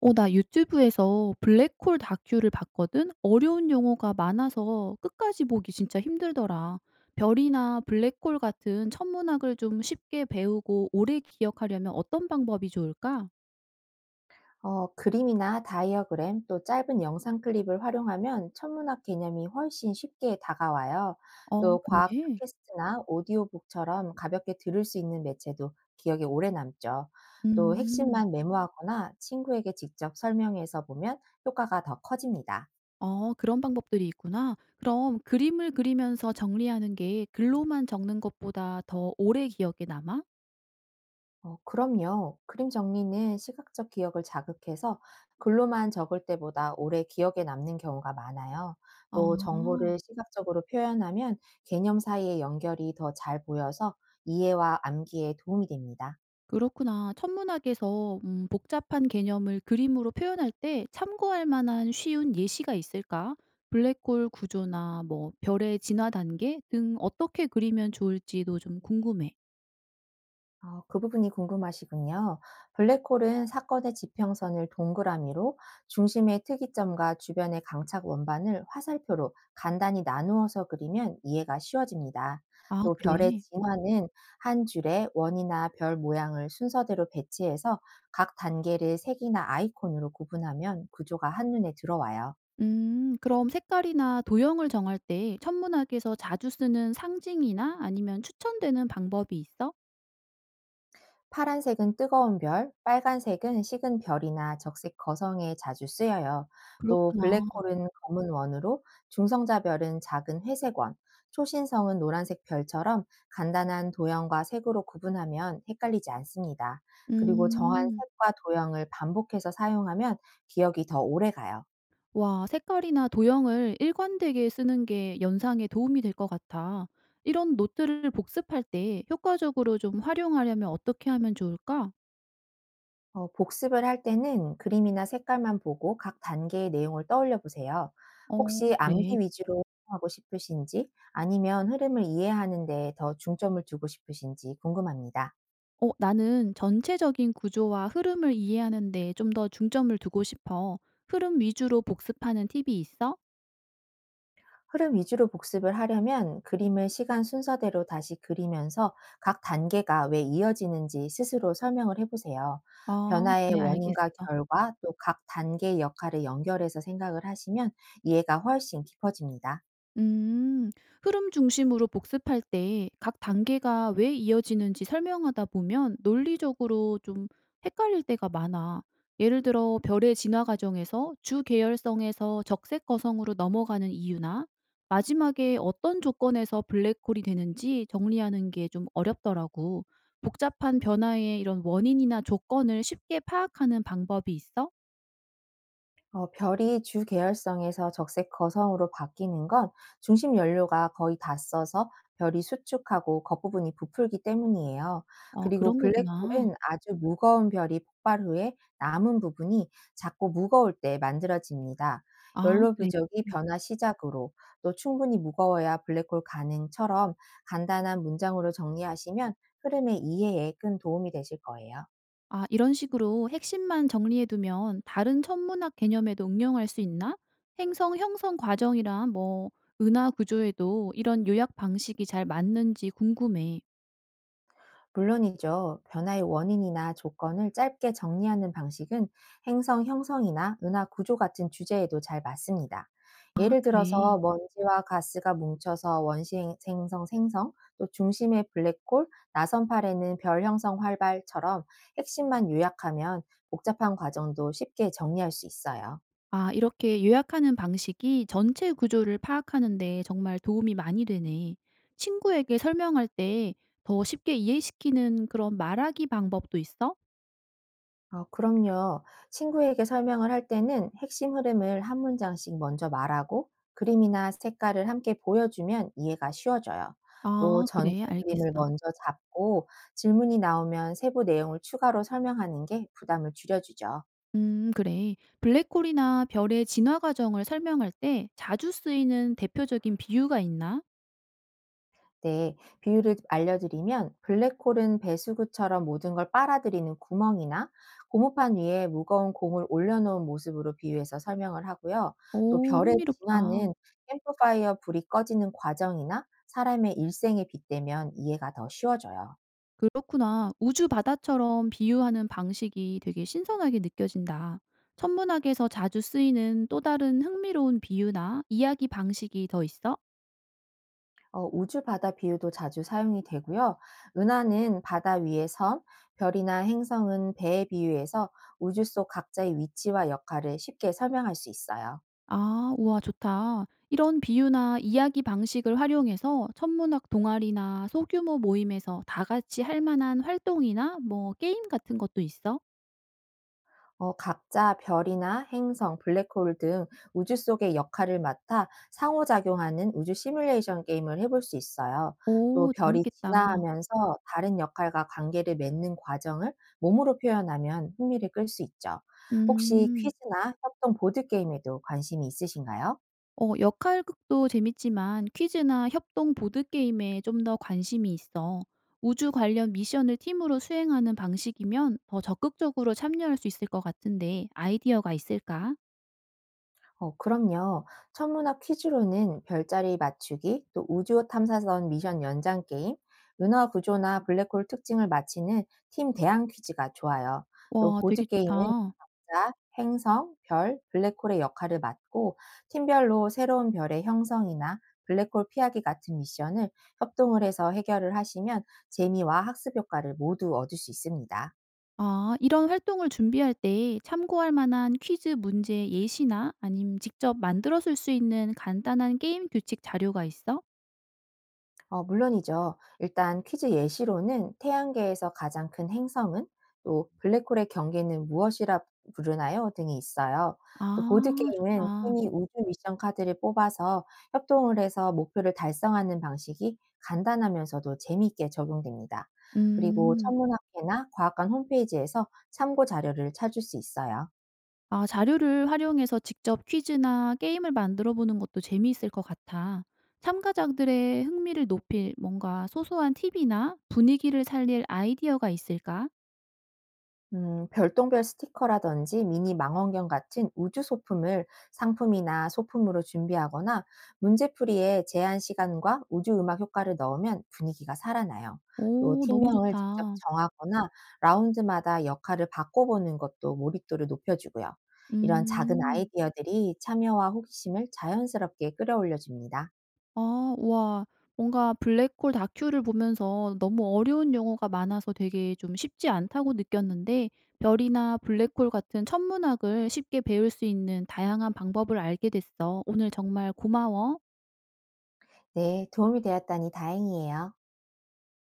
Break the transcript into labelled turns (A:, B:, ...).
A: 나 유튜브에서 블랙홀 다큐를 봤거든. 어려운 용어가 많아서 끝까지 보기 진짜 힘들더라. 별이나 블랙홀 같은 천문학을 좀 쉽게 배우고 오래 기억하려면 어떤 방법이 좋을까?
B: 그림이나 다이어그램 또 짧은 영상 클립을 활용하면 천문학 개념이 훨씬 쉽게 다가와요.
A: 어
B: 또 과학
A: 그래?
B: 팟캐스트나 오디오북처럼 가볍게 들을 수 있는 매체도 기억에 오래 남죠. 또
A: 음.
B: 핵심만 메모하거나 친구에게 직접 설명해서 보면 효과가 더 커집니다.
A: 어 그런 방법들이 있구나. 그럼 그림을 그리면서 정리하는 게 글로만 적는 것보다 더 오래 기억에 남아?
B: 그럼요. 그림 정리는 시각적 기억을 자극해서 글로만 적을 때보다 오래 기억에 남는 경우가 많아요.
A: 아.
B: 또 정보를 시각적으로 표현하면 개념 사이의 연결이 더 잘 보여서 이해와 암기에 도움이 됩니다.
A: 그렇구나. 천문학에서 복잡한 개념을 그림으로 표현할 때 참고할 만한 쉬운 예시가 있을까? 블랙홀 구조나 뭐 별의 진화 단계 등 어떻게 그리면 좋을지도 좀 궁금해.
B: 그 부분이 궁금하시군요. 블랙홀은 사건의 지평선을 동그라미로 중심의 특이점과 주변의 강착 원반을 화살표로 간단히 나누어서 그리면 이해가 쉬워집니다.
A: 아,
B: 또
A: 그래.
B: 별의 진화는 한 줄에 원이나 별 모양을 순서대로 배치해서 각 단계를 색이나 아이콘으로 구분하면 구조가 한눈에 들어와요.
A: 그럼 색깔이나 도형을 정할 때 천문학에서 자주 쓰는 상징이나 아니면 추천되는 방법이 있어?
B: 파란색은 뜨거운 별, 빨간색은 식은 별이나 적색 거성에 자주 쓰여요. 또
A: 그렇구나.
B: 블랙홀은 검은 원으로, 중성자 별은 작은 회색 원, 초신성은 노란색 별처럼 간단한 도형과 색으로 구분하면 헷갈리지 않습니다. 그리고 정한
A: 음.
B: 색과 도형을 반복해서 사용하면 기억이 더 오래 가요.
A: 와, 색깔이나 도형을 일관되게 쓰는 게 연상에 도움이 될 것 같아. 이런 노트를 복습할 때 효과적으로 좀 활용하려면 어떻게 하면 좋을까?
B: 복습을 할 때는 그림이나 색깔만 보고 각 단계의 내용을 떠올려 보세요.
A: 어,
B: 혹시
A: 그래.
B: 암기 위주로 하고 싶으신지 아니면 흐름을 이해하는 데 더 중점을 두고 싶으신지 궁금합니다.
A: 어, 나는 전체적인 구조와 흐름을 이해하는데 좀 더 중점을 두고 싶어. 흐름 위주로 복습하는 팁이 있어?
B: 흐름 위주로 복습을 하려면 그림을 시간 순서대로 다시 그리면서 각 단계가 왜 이어지는지 스스로 설명을 해보세요.
A: 아,
B: 변화의
A: 그래, 알겠어.
B: 원인과 결과 또 각 단계의 역할을 연결해서 생각을 하시면 이해가 훨씬 깊어집니다.
A: 음. 흐름 중심으로 복습할 때 각 단계가 왜 이어지는지 설명하다 보면 논리적으로 좀 헷갈릴 때가 많아. 예를 들어 별의 진화 과정에서 주 계열성에서 적색 거성으로 넘어가는 이유나 마지막에 어떤 조건에서 블랙홀이 되는지 정리하는 게 좀 어렵더라고. 복잡한 변화의 이런 원인이나 조건을 쉽게 파악하는 방법이 있어?
B: 별이 주 계열성에서 적색 거성으로 바뀌는 건 중심 연료가 거의 다 써서 별이 수축하고 겉부분이 부풀기 때문이에요.
A: 어,
B: 그리고
A: 그런 거구나.
B: 블랙홀은 아주 무거운 별이 폭발 후에 남은 부분이 작고 무거울 때 만들어집니다.
A: 아,
B: 연료
A: 그래.
B: 부족이 변화 시작으로 또 충분히 무거워야 블랙홀 가능처럼 간단한 문장으로 정리하시면 흐름의 이해에 큰 도움이 되실 거예요.
A: 아, 이런 식으로 핵심만 정리해두면 다른 천문학 개념에도 응용할 수 있나? 행성 형성 과정이랑 뭐 은하 구조에도 이런 요약 방식이 잘 맞는지 궁금해.
B: 물론이죠. 변화의 원인이나 조건을 짧게 정리하는 방식은 행성 형성이나 은하 구조 같은 주제에도 잘 맞습니다.
A: 아,
B: 예를
A: 그래.
B: 들어서 먼지와 가스가 뭉쳐서 원시 행성 생성, 또 중심의 블랙홀, 나선팔에는 별 형성 활발처럼 핵심만 요약하면 복잡한 과정도 쉽게 정리할 수 있어요.
A: 아, 이렇게 요약하는 방식이 전체 구조를 파악하는데 정말 도움이 많이 되네. 친구에게 설명할 때 더 쉽게 이해시키는 그런 말하기 방법도 있어?
B: 어 그럼요. 친구에게 설명을 할 때는 핵심 흐름을 한 문장씩 먼저 말하고 그림이나 색깔을 함께 보여주면 이해가 쉬워져요. 또
A: 아,
B: 전체
A: 그래,
B: 그림을
A: 알겠어.
B: 먼저 잡고 질문이 나오면 세부 내용을 추가로 설명하는 게 부담을 줄여주죠.
A: 그래. 블랙홀이나 별의 진화 과정을 설명할 때 자주 쓰이는 대표적인 비유가 있나?
B: 네, 비유를 알려드리면 블랙홀은 배수구처럼 모든 걸 빨아들이는 구멍이나 고무판 위에 무거운 공을 올려놓은 모습으로 비유해서 설명을 하고요. 또
A: 오,
B: 별의
A: 흥미롭다.
B: 진화는 캠프파이어 불이 꺼지는 과정이나 사람의 일생에 빗대면 이해가 더 쉬워져요.
A: 그렇구나. 우주 바다처럼 비유하는 방식이 되게 신선하게 느껴진다. 천문학에서 자주 쓰이는 또 다른 흥미로운 비유나 이야기 방식이 더 있어?
B: 우주 바다 비유도 자주 사용이 되고요. 은하는 바다 위의 섬, 별이나 행성은 배에 비유해서 우주 속 각자의 위치와 역할을 쉽게 설명할 수 있어요.
A: 아, 우와, 좋다. 이런 비유나 이야기 방식을 활용해서 천문학 동아리나 소규모 모임에서 다 같이 할 만한 활동이나 뭐 게임 같은 것도 있어?
B: 각자 별이나 행성, 블랙홀 등 우주 속의 역할을 맡아 상호작용하는 우주 시뮬레이션 게임을 해볼 수 있어요. 또
A: 오
B: 별이
A: 재밌겠다.
B: 진화하면서 다른 역할과 관계를 맺는 과정을 몸으로 표현하면 흥미를 끌 수 있죠. 혹시
A: 음.
B: 퀴즈나 협동 보드게임에도 관심이 있으신가요?
A: 어 역할극도 재밌지만 퀴즈나 협동 보드게임에 좀 더 관심이 있어. 우주 관련 미션을 팀으로 수행하는 방식이면 더 적극적으로 참여할 수 있을 것 같은데 아이디어가 있을까?
B: 그럼요. 천문학 퀴즈로는 별자리 맞추기, 또 우주 탐사선 미션 연장 게임, 은하 구조나 블랙홀 특징을 맞히는 팀 대항 퀴즈가 좋아요. 또
A: 와 되게
B: 보드게임은
A: 좋다.
B: 자, 행성, 별, 블랙홀의 역할을 맡고 팀별로 새로운 별의 형성이나 블랙홀 피하기 같은 미션을 협동을 해서 해결을 하시면 재미와 학습 효과를 모두 얻을 수 있습니다.
A: 아 이런 활동을 준비할 때 참고할 만한 퀴즈 문제 예시나 아님 직접 만들어 쓸 수 있는 간단한 게임 규칙 자료가 있어?
B: 물론이죠. 일단 퀴즈 예시로는 태양계에서 가장 큰 행성은 또 블랙홀의 경계는 무엇이라 부르나요? 등이 있어요. 또
A: 아
B: 보드게임은
A: 좋다.
B: 팀이 우주 미션 카드를 뽑아서 협동을 해서 목표를 달성하는 방식이 간단하면서도 재미있게 적용됩니다. 그리고
A: 음.
B: 천문학회나 과학관 홈페이지에서 참고 자료를 찾을 수 있어요.
A: 아, 자료를 활용해서 직접 퀴즈나 게임을 만들어 보는 것도 재미있을 것 같아. 참가자들의 흥미를 높일 뭔가 소소한 팁이나 분위기를 살릴 아이디어가 있을까?
B: 별똥별 스티커라든지 미니 망원경 같은 우주 소품을 상품이나 소품으로 준비하거나 문제풀이에 제한 시간과 우주 음악 효과를 넣으면 분위기가 살아나요. 또
A: 오, 너무
B: 팀명을 직접
A: 좋다.
B: 정하거나 라운드마다 역할을 바꿔보는 것도 몰입도를 높여주고요. 이런 작은
A: 음,
B: 아이디어들이 참여와 호기심을 자연스럽게 끌어올려줍니다.
A: 아, 와. 뭔가 블랙홀 다큐를 보면서 너무 어려운 용어가 많아서 되게 좀 쉽지 않다고 느꼈는데, 별이나 블랙홀 같은 천문학을 쉽게 배울 수 있는 다양한 방법을 알게 됐어. 오늘 정말 고마워.
B: 네, 도움이 되었다니 다행이에요.